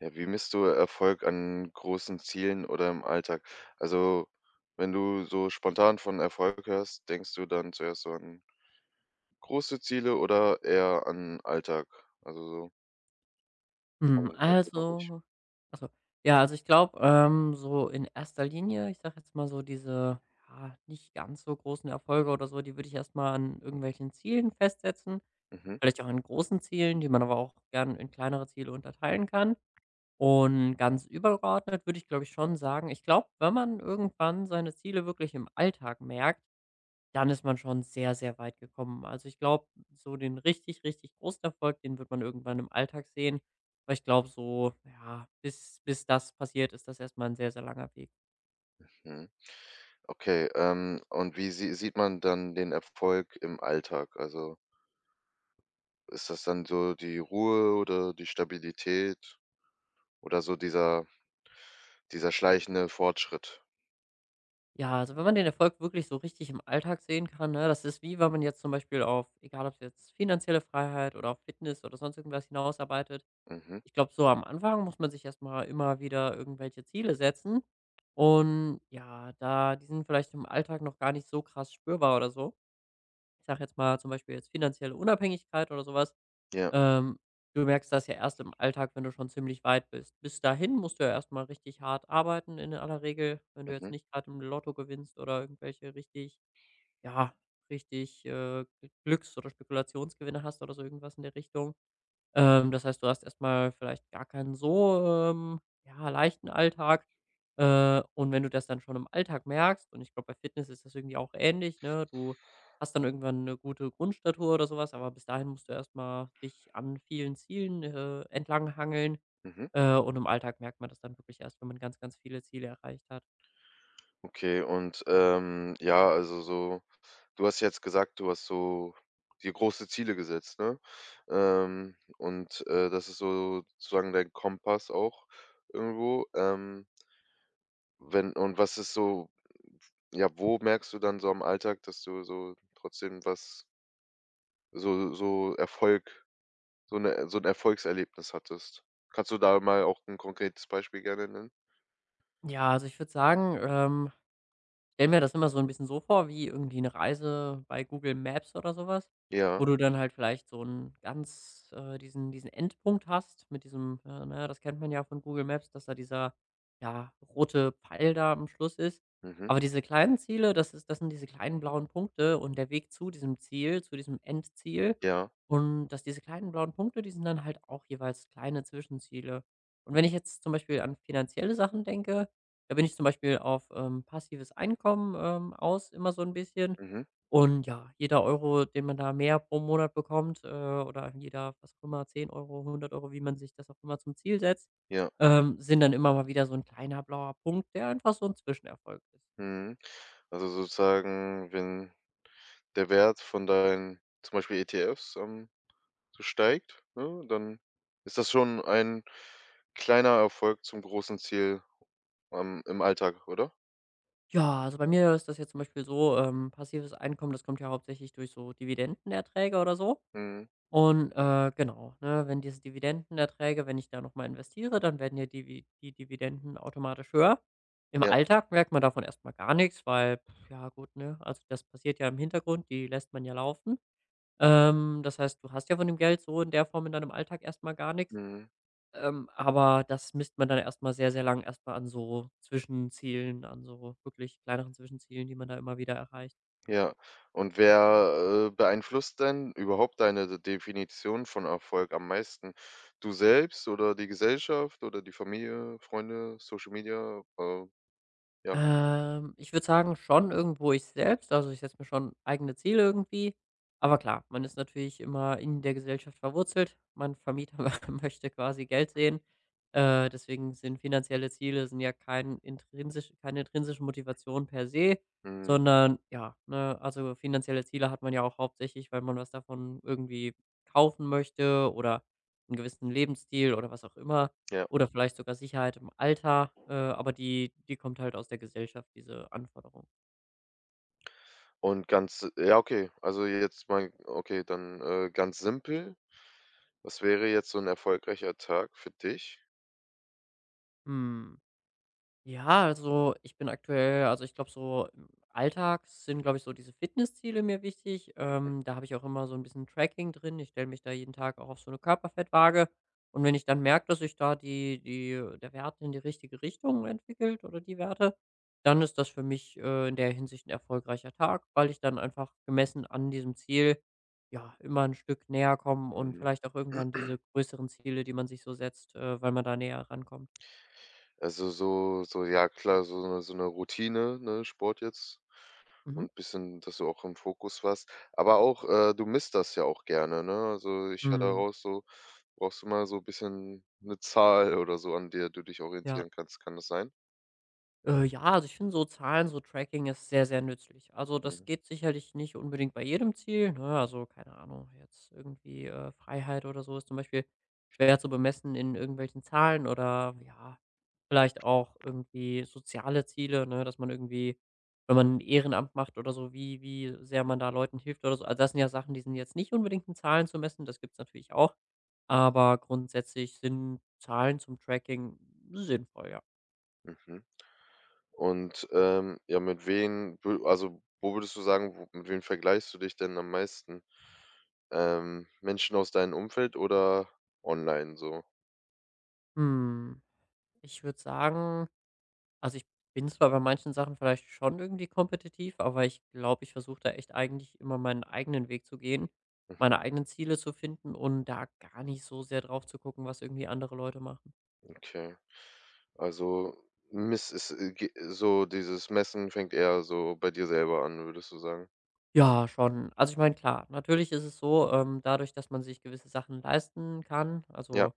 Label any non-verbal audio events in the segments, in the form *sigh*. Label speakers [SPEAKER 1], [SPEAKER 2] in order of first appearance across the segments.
[SPEAKER 1] Ja, wie misst du Erfolg an großen Zielen oder im Alltag? Also, Wenn du so spontan von Erfolg hörst, denkst du dann zuerst so an große Ziele oder eher an Alltag? Also so,
[SPEAKER 2] Hm,
[SPEAKER 1] kann, erzähl mal ruhig.
[SPEAKER 2] also ach so. Ja, also ich glaube, so in erster Linie, ich sage jetzt mal so diese, ja, nicht ganz so großen Erfolge oder so, die würde ich erst mal an irgendwelchen Zielen festsetzen,
[SPEAKER 1] Mhm.
[SPEAKER 2] vielleicht auch an großen Zielen, die man aber auch gern in kleinere Ziele unterteilen kann. Und ganz übergeordnet würde ich, glaube ich, schon sagen, ich glaube, wenn man irgendwann seine Ziele wirklich im Alltag merkt, dann ist man schon sehr, sehr weit gekommen. Also, ich glaube, so den richtig, richtig großen Erfolg, den wird man irgendwann im Alltag sehen. Aber ich glaube so, ja, bis das passiert, ist das erstmal ein sehr, sehr langer Weg.
[SPEAKER 1] Mhm. Okay, und wie sieht man dann den Erfolg im Alltag? Also ist das dann so die Ruhe oder die Stabilität oder so dieser schleichende Fortschritt?
[SPEAKER 2] Ja, also, wenn man den Erfolg wirklich so richtig im Alltag sehen kann, ne, das ist wie, wenn man jetzt zum Beispiel auf, egal ob's jetzt finanzielle Freiheit oder auf Fitness oder sonst irgendwas, hinausarbeitet.
[SPEAKER 1] Mhm.
[SPEAKER 2] Ich glaube, so am Anfang muss man sich erstmal immer wieder irgendwelche Ziele setzen, und ja, da die sind vielleicht im Alltag noch gar nicht so krass spürbar oder so. Ich sage jetzt mal, zum Beispiel jetzt finanzielle Unabhängigkeit oder sowas.
[SPEAKER 1] Ja.
[SPEAKER 2] ähm, du merkst das ja erst im Alltag, wenn du schon ziemlich weit bist. Bis dahin musst du ja erst mal richtig hart arbeiten in aller Regel, wenn du jetzt
[SPEAKER 1] Mhm.
[SPEAKER 2] nicht gerade im Lotto gewinnst oder irgendwelche richtig, ja, richtig, Glücks- oder Spekulationsgewinne hast oder so irgendwas in der Richtung. Das heißt, du hast erst mal vielleicht gar keinen so, ja, leichten Alltag. Und wenn du das dann schon im Alltag merkst, und ich glaube, bei Fitness ist das irgendwie auch ähnlich, ne? Du hast dann irgendwann eine gute Grundstatur oder sowas. Aber bis dahin musst du erst mal dich an vielen Zielen, entlang hangeln,
[SPEAKER 1] Mhm.
[SPEAKER 2] und im Alltag merkt man das dann wirklich erst, wenn man ganz, ganz viele Ziele erreicht hat.
[SPEAKER 1] Okay, und, ja, also so du hast jetzt gesagt, du hast so dir große Ziele gesetzt, ne? Und, das ist so sozusagen dein Kompass auch irgendwo. Wenn und was ist so ja, wo merkst du dann so am Alltag, dass du so trotzdem was so Erfolg so 'ne so ein Erfolgserlebnis hattest? Kannst du da mal auch ein konkretes Beispiel gerne nennen?
[SPEAKER 2] Ja, also, ich würde sagen, stelle mir das immer so ein bisschen so vor wie irgendwie eine Reise bei Google Maps oder sowas, wo
[SPEAKER 1] Ja.
[SPEAKER 2] du dann halt vielleicht so einen ganz, diesen Endpunkt hast mit diesem, na ja, das kennt man ja von Google Maps, dass da dieser, ja, rote Pfeil da am Schluss ist.
[SPEAKER 1] Mhm.
[SPEAKER 2] Aber diese kleinen Ziele, das sind diese kleinen blauen Punkte und der Weg zu diesem Ziel, zu diesem Endziel,
[SPEAKER 1] Ja.
[SPEAKER 2] und dass diese kleinen blauen Punkte, die sind dann halt auch jeweils kleine Zwischenziele. Und wenn ich jetzt zum Beispiel an finanzielle Sachen denke, da bin ich zum Beispiel auf, passives Einkommen, aus, immer so ein bisschen.
[SPEAKER 1] Mhm.
[SPEAKER 2] Und ja, jeder Euro, den man da mehr pro Monat bekommt, oder jeder, was auch immer, 10 Euro, 100 Euro, wie man sich das auch immer zum Ziel setzt,
[SPEAKER 1] Ja.
[SPEAKER 2] sind dann immer mal wieder so ein kleiner blauer Punkt, der einfach so ein Zwischenerfolg ist.
[SPEAKER 1] Mhm. Also sozusagen, wenn der Wert von deinen zum Beispiel ETFs, so steigt, ne, dann ist das schon ein kleiner Erfolg zum großen Ziel, im Alltag, oder?
[SPEAKER 2] Ja, also bei mir ist das jetzt zum Beispiel so, passives Einkommen, das kommt ja hauptsächlich durch so Dividendenerträge oder so.
[SPEAKER 1] Mhm.
[SPEAKER 2] Und, genau, ne, wenn diese Dividendenerträge, wenn ich da noch mal investiere, dann werden ja die Dividenden automatisch höher. Im
[SPEAKER 1] Ja,
[SPEAKER 2] Alltag merkt man davon erstmal gar nichts, weil, pf, ja gut, ne, also das passiert ja im Hintergrund, die lässt man ja laufen. Das heißt, du hast ja von dem Geld so in der Form in deinem Alltag erstmal gar nichts.
[SPEAKER 1] mhm,
[SPEAKER 2] Aber das misst man dann erstmal sehr, sehr lang erstmal an so Zwischenzielen, an so wirklich kleineren Zwischenzielen, die man da immer wieder erreicht.
[SPEAKER 1] ja. Und wer, beeinflusst denn überhaupt deine D Definition von Erfolg am meisten? Du selbst oder die Gesellschaft oder die Familie, Freunde, Social Media? Ja,
[SPEAKER 2] Ich würde sagen, schon irgendwo ich selbst. Also, ich setze mir schon eigene Ziele irgendwie. Aber klar, man ist natürlich immer in der Gesellschaft verwurzelt. Mein Vermieter *laughs* möchte quasi Geld sehen. Deswegen sind finanzielle Ziele, sind ja kein intrinsisch, keine intrinsische Motivation per se,
[SPEAKER 1] mhm,
[SPEAKER 2] sondern, ja, ne, also finanzielle Ziele hat man ja auch hauptsächlich, weil man was davon irgendwie kaufen möchte oder einen gewissen Lebensstil oder was auch immer.
[SPEAKER 1] ja.
[SPEAKER 2] Oder vielleicht sogar Sicherheit im Alter, aber die kommt halt aus der Gesellschaft, diese Anforderung.
[SPEAKER 1] Und ganz ja, okay, also jetzt mal okay, dann, ganz simpel. Was wäre jetzt so ein erfolgreicher Tag für dich?
[SPEAKER 2] Mhm. Ja, also ich bin aktuell, also ich glaube, so im Alltag sind, glaube ich, so diese Fitnessziele mir wichtig. Da habe ich auch immer so ein bisschen Tracking drin. Ich stelle mich da jeden Tag auch auf so eine Körperfettwaage. Und wenn ich dann merke, dass sich da die die der Wert in die richtige Richtung entwickelt oder die Werte, dann ist das für mich, in der Hinsicht ein erfolgreicher Tag, weil ich dann einfach, gemessen an diesem Ziel, ja, immer ein Stück näher komme und
[SPEAKER 1] Mhm.
[SPEAKER 2] vielleicht auch irgendwann diese größeren Ziele, die man sich so setzt, weil man da näher rankommt.
[SPEAKER 1] Also, so so ja klar, so 'ne so eine Routine, ne, Sport jetzt
[SPEAKER 2] Mhm.
[SPEAKER 1] und bisschen, dass du auch im Fokus warst. Aber auch, du misst das ja auch gerne, ne? Also, ich höre
[SPEAKER 2] Mhm.
[SPEAKER 1] daraus so brauchst du mal so ein bisschen eine Zahl oder so, an der du dich
[SPEAKER 2] Ja.
[SPEAKER 1] orientieren kannst. Kann das sein?
[SPEAKER 2] Ja, also ich finde so Zahlen, so Tracking, ist sehr, sehr nützlich. Also das
[SPEAKER 1] Mhm.
[SPEAKER 2] geht sicherlich nicht unbedingt bei jedem Ziel. Ne? Also keine Ahnung, jetzt irgendwie, Freiheit oder so ist zum Beispiel schwer zu bemessen in irgendwelchen Zahlen, oder, ja, vielleicht auch irgendwie soziale Ziele, ne? Dass man irgendwie, wenn man ein Ehrenamt macht oder so, wie sehr man da Leuten hilft oder so. Also das sind ja Sachen, die sind jetzt nicht unbedingt in Zahlen zu messen, das gibt es natürlich auch. Aber grundsätzlich sind Zahlen zum Tracking sinnvoll, ja.
[SPEAKER 1] Mhm. Und, ja, mit wen wü also, wo würdest du sagen, wo mit wem vergleichst du dich denn am meisten? Menschen aus deinem Umfeld oder online so?
[SPEAKER 2] Hm. Ich würde sagen, also ich bin zwar bei manchen Sachen vielleicht schon irgendwie kompetitiv, aber ich glaube, ich versuche da echt eigentlich immer meinen eigenen Weg zu gehen,
[SPEAKER 1] Mhm,
[SPEAKER 2] meine
[SPEAKER 1] *laughs*
[SPEAKER 2] eigenen Ziele zu finden und da gar nicht so sehr drauf zu gucken, was irgendwie andere Leute machen.
[SPEAKER 1] okay. Also, miss es, ge so dieses Messen fängt eher so bei dir selber an, würdest du sagen?
[SPEAKER 2] Ja, schon. Also ich meine, klar, natürlich ist es so, dadurch, dass man sich gewisse Sachen leisten kann,
[SPEAKER 1] Ja.
[SPEAKER 2] also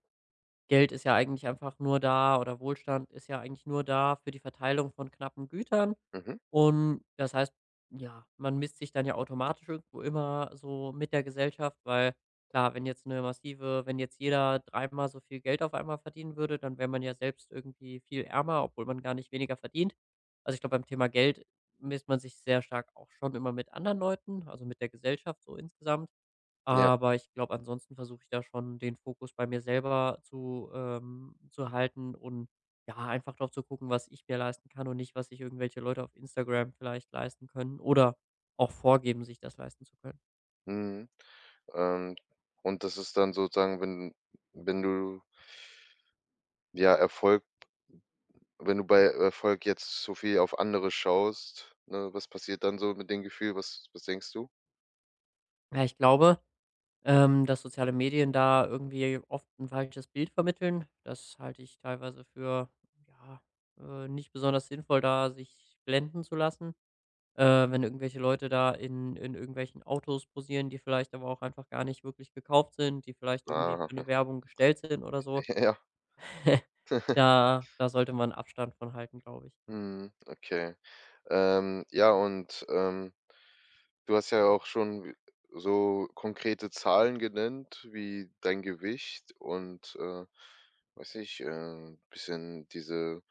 [SPEAKER 2] Geld ist ja eigentlich einfach nur da oder Wohlstand ist ja eigentlich nur da für die Verteilung von knappen Gütern.
[SPEAKER 1] Mhm.
[SPEAKER 2] Und das heißt, ja, man misst sich dann ja automatisch irgendwo immer so mit der Gesellschaft, weil, klar, wenn jetzt eine massive, wenn jetzt jeder dreimal so viel Geld auf einmal verdienen würde, dann wäre man ja selbst irgendwie viel ärmer, obwohl man gar nicht weniger verdient. Also ich glaube, beim Thema Geld misst man sich sehr stark auch schon immer mit anderen Leuten, also mit der Gesellschaft so insgesamt.
[SPEAKER 1] Ja.
[SPEAKER 2] Aber ich glaube, ansonsten versuche ich da schon den Fokus bei mir selber zu halten, und ja, einfach drauf zu gucken, was ich mir leisten kann und nicht, was sich irgendwelche Leute auf Instagram vielleicht leisten können oder auch vorgeben, sich das leisten zu können.
[SPEAKER 1] Mhm. Ähm, und das ist dann sozusagen, wenn wenn du, ja, Erfolg wenn du bei Erfolg jetzt so viel auf andere schaust, ne, was passiert dann so mit dem Gefühl? Was denkst du?
[SPEAKER 2] Ja, ich glaube, dass soziale Medien da irgendwie oft ein falsches Bild vermitteln. Das halte ich teilweise für, ja, nicht besonders sinnvoll, da sich blenden zu lassen. Wenn irgendwelche Leute da in irgendwelchen Autos posieren, die vielleicht aber auch einfach gar nicht wirklich gekauft sind, die vielleicht irgendwie für
[SPEAKER 1] Ah,
[SPEAKER 2] eine Werbung gestellt sind oder so.
[SPEAKER 1] *laughs* ja.
[SPEAKER 2] *laughs* Da sollte man Abstand von halten, glaube ich.
[SPEAKER 1] Mhm, okay. Ja, und, du hast ja auch schon so konkrete Zahlen genannt, wie dein Gewicht und, weiß nicht, bisschen diese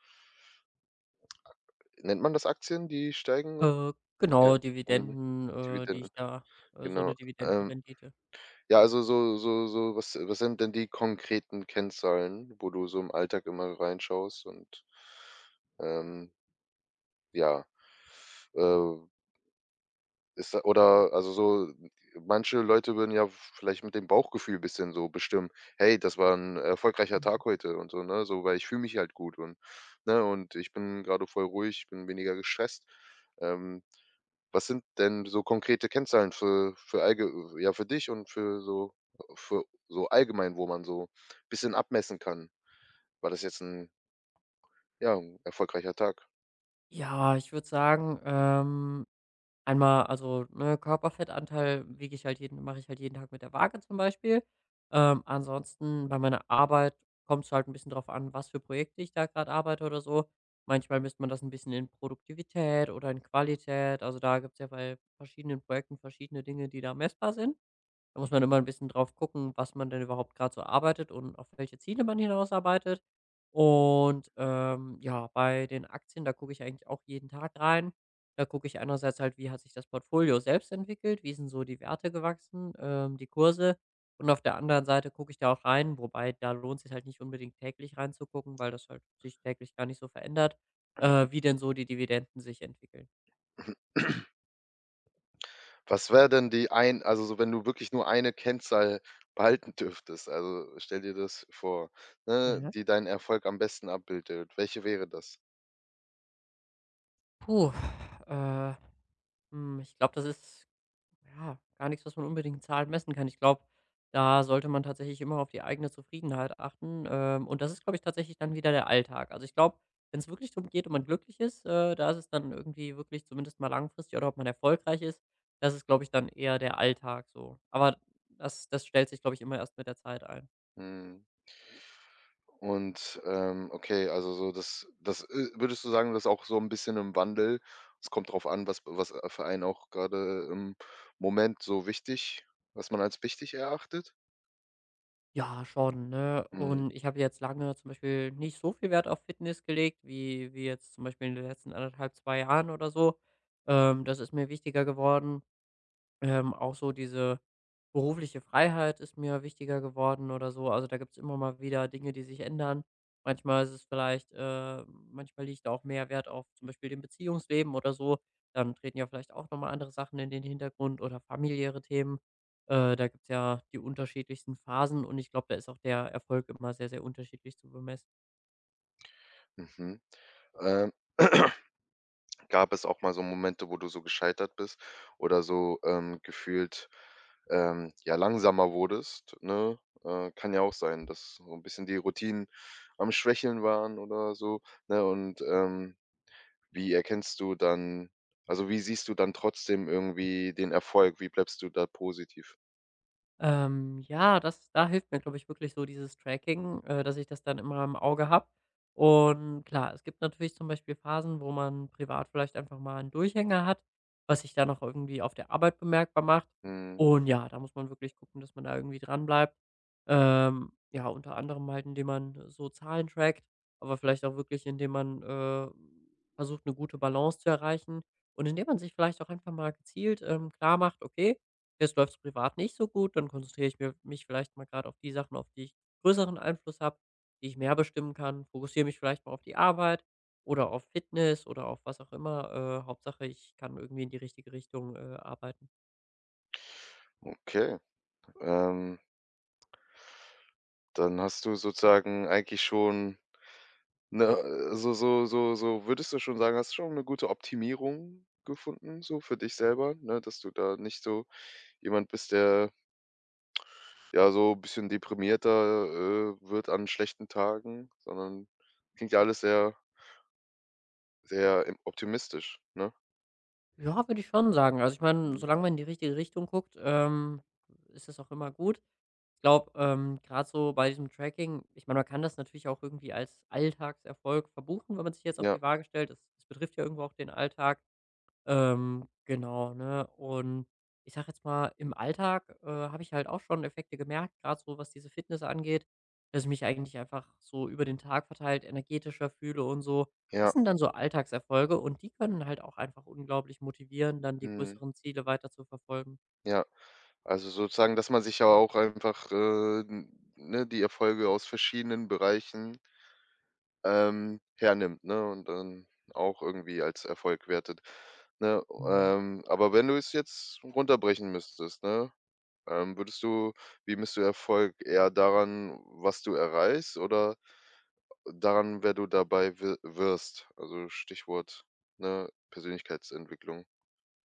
[SPEAKER 1] nennt man das Aktien, die steigen?
[SPEAKER 2] Äh,
[SPEAKER 1] Ja,
[SPEAKER 2] genau,
[SPEAKER 1] mhm,
[SPEAKER 2] Dividenden, die
[SPEAKER 1] Dividenden,
[SPEAKER 2] ich da, so
[SPEAKER 1] genau.
[SPEAKER 2] eine
[SPEAKER 1] Ähm,
[SPEAKER 2] Dividendenrendite.
[SPEAKER 1] ja, also so so so was sind denn die konkreten Kennzahlen, wo du so im Alltag immer reinschaust und, ähm, ja, äh Ist oder also so manche Leute würden ja vielleicht mit dem Bauchgefühl bisschen so bestimmen: „Hey, das war ein erfolgreicher
[SPEAKER 2] Mhm.
[SPEAKER 1] Tag heute“ und so, ne? So, weil ich fühle mich halt gut und ne, und ich bin gerade voll ruhig, ich bin weniger gestresst. Ähm, was sind denn so konkrete Kennzahlen für allge ja, für dich und für so allgemein, wo man so bisschen abmessen kann? War das jetzt ein ja, 'n erfolgreicher Tag?
[SPEAKER 2] Ja, ich würde sagen, einmal, also, ne, Körperfettanteil wiege ich halt jeden, mache ich halt jeden Tag mit der Waage zum Beispiel. Ansonsten bei meiner Arbeit kommt es halt ein bisschen drauf an, was für Projekte ich da gerade arbeite oder so. Manchmal misst man das ein bisschen in Produktivität oder in Qualität. Also, da gibt es ja bei verschiedenen Projekten verschiedene Dinge, die da messbar sind. Da muss man immer ein bisschen drauf gucken, was man denn überhaupt gerade so arbeitet und auf welche Ziele man hinausarbeitet. Und, ja, bei den Aktien, da gucke ich eigentlich auch jeden Tag rein. Da gucke ich einerseits halt, wie hat sich das Portfolio selbst entwickelt, wie sind so die Werte gewachsen, die Kurse. Und auf der anderen Seite gucke ich da auch rein, wobei, da lohnt sich halt nicht unbedingt täglich reinzugucken, weil das halt sich täglich gar nicht so verändert, wie denn so die Dividenden sich entwickeln.
[SPEAKER 1] *clears throat* Was wäre denn die ein also so, wenn du wirklich nur eine Kennzahl behalten dürftest, also stell dir das vor, ne,
[SPEAKER 2] Mhm.
[SPEAKER 1] die deinen Erfolg am besten abbildet. Welche wäre das?
[SPEAKER 2] Puh, äh, ich glaube, das ist, ja, gar nichts, was man unbedingt in Zahlen messen kann. Ich glaube, da sollte man tatsächlich immer auf die eigene Zufriedenheit achten. Und das ist, glaube ich, tatsächlich dann wieder der Alltag. Also ich glaube, wenn es wirklich darum geht und man glücklich ist, da ist es dann irgendwie wirklich, zumindest mal langfristig, oder ob man erfolgreich ist, das ist, glaube ich, dann eher der Alltag so. Aber das stellt sich, glaube ich, immer erst mit der Zeit ein.
[SPEAKER 1] Mhm. Und, okay, also so das, würdest du sagen, das ist auch so ein bisschen im Wandel? Es kommt drauf an, was, für einen auch gerade im Moment so wichtig was man als wichtig erachtet?
[SPEAKER 2] Ja, schon, ne?
[SPEAKER 1] Mhm,
[SPEAKER 2] Und ich habe jetzt lange zum Beispiel nicht so viel Wert auf Fitness gelegt, wie jetzt zum Beispiel in den letzten anderthalb, 2 Jahren oder so. Das ist mir wichtiger geworden. Auch so diese berufliche Freiheit ist mir wichtiger geworden oder so. Also da gibt's immer mal wieder Dinge, die sich ändern. Manchmal ist es vielleicht, manchmal liegt auch mehr Wert auf zum Beispiel dem Beziehungsleben oder so. Dann treten ja vielleicht auch noch mal andere Sachen in den Hintergrund oder familiäre Themen. Da gibt's ja die unterschiedlichsten Phasen und ich glaube, da ist auch der Erfolg immer sehr, sehr unterschiedlich zu bemessen.
[SPEAKER 1] mhm. Ähm, gab es auch mal so Momente, wo du so gescheitert bist oder so, gefühlt, ja, langsamer wurdest, ne? Kann ja auch sein, dass so ein bisschen die Routinen am Schwächeln waren oder so, ne? Und, wie erkennst du dann also, wie siehst du dann trotzdem irgendwie den Erfolg? Wie bleibst du da positiv?
[SPEAKER 2] Ja, das da hilft mir, glaube ich, wirklich so dieses Tracking, dass ich das dann immer im Auge habe. Und klar, es gibt natürlich zum Beispiel Phasen, wo man privat vielleicht einfach mal einen Durchhänger hat, was sich dann auch irgendwie auf der Arbeit bemerkbar macht.
[SPEAKER 1] Mhm,
[SPEAKER 2] Und ja, da muss man wirklich gucken, dass man da irgendwie dranbleibt. Ja, unter anderem halt, indem man so Zahlen trackt, aber vielleicht auch wirklich, indem man, versucht, eine gute Balance zu erreichen und indem man sich vielleicht auch einfach mal gezielt, klar macht: „Okay, jetzt läuft's privat nicht so gut, dann konzentriere ich mir mich vielleicht mal gerade auf die Sachen, auf die ich größeren Einfluss habe, die ich mehr bestimmen kann, fokussiere mich vielleicht mal auf die Arbeit oder auf Fitness oder auf was auch immer. Hauptsache, ich kann irgendwie in die richtige Richtung, arbeiten.“
[SPEAKER 1] okay. Ähm, dann hast du sozusagen eigentlich schon. Ne, so so so so würdest du schon sagen, hast du schon eine gute Optimierung gefunden so für dich selber, ne, dass du da nicht so jemand bist, der, ja, so ein bisschen deprimierter, wird an schlechten Tagen, sondern klingt ja alles sehr, optimistisch, ne?
[SPEAKER 2] Ja, würde ich schon sagen. Also, ich meine,
[SPEAKER 1] Mhm.
[SPEAKER 2] solange man in die richtige Richtung guckt, ist das auch immer gut. Ich glaube, grad so bei diesem Tracking, ich meine, man kann das natürlich auch irgendwie als Alltagserfolg verbuchen, wenn man sich jetzt auf
[SPEAKER 1] Ja,
[SPEAKER 2] die Waage stellt. Das betrifft ja irgendwo auch den Alltag. Genau, ne? Und ich sage jetzt mal, im Alltag, habe ich halt auch schon Effekte gemerkt, gerade so was diese Fitness angeht, dass ich mich eigentlich einfach so über den Tag verteilt energetischer fühle und so. Das
[SPEAKER 1] ja,
[SPEAKER 2] sind dann so Alltagserfolge und die können halt auch einfach unglaublich motivieren, dann die
[SPEAKER 1] mhm,
[SPEAKER 2] größeren Ziele weiter zu verfolgen.
[SPEAKER 1] ja. Also sozusagen, dass man sich ja auch einfach, n ne, die Erfolge aus verschiedenen Bereichen hernimmt, ne, und dann auch irgendwie als Erfolg wertet, ne?
[SPEAKER 2] Mhm.
[SPEAKER 1] Aber wenn du es jetzt runterbrechen müsstest, ne, würdest du wie misst du Erfolg? Eher daran, was du erreichst oder daran, wer du dabei wi wirst? Also, Stichwort, ne, Persönlichkeitsentwicklung.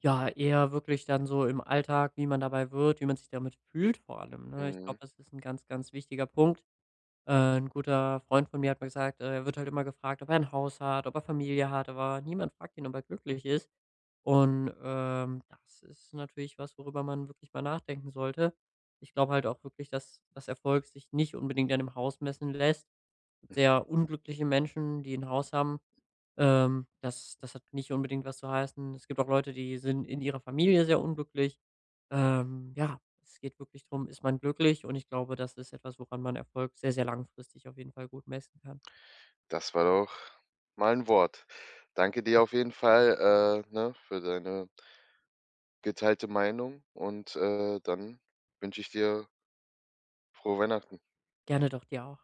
[SPEAKER 2] Ja, eher wirklich dann so im Alltag, wie man dabei wird, wie man sich damit fühlt vor allem, ne? Ich glaube,
[SPEAKER 1] Mhm.
[SPEAKER 2] das ist ein ganz, ganz wichtiger Punkt. 'N guter Freund von mir hat mal gesagt, er wird halt immer gefragt, ob er ein Haus hat, ob er Familie hat, aber niemand fragt ihn, ob er glücklich ist. Und, das ist natürlich was, worüber man wirklich mal nachdenken sollte. Ich glaube halt auch wirklich, dass das Erfolg sich nicht unbedingt an dem Haus messen lässt. Sehr unglückliche Menschen, die ein Haus haben. Das hat nicht unbedingt was zu heißen. Es gibt auch Leute, die sind in ihrer Familie sehr unglücklich. Ja, es geht wirklich darum: Ist man glücklich? Und ich glaube, das ist etwas, woran man Erfolg sehr, sehr langfristig auf jeden Fall gut messen kann.
[SPEAKER 1] Das war doch mal ein Wort. Danke dir auf jeden Fall, ne, für deine geteilte Meinung und, dann wünsche ich dir Frohe Weihnachten.
[SPEAKER 2] Gerne doch, dir auch.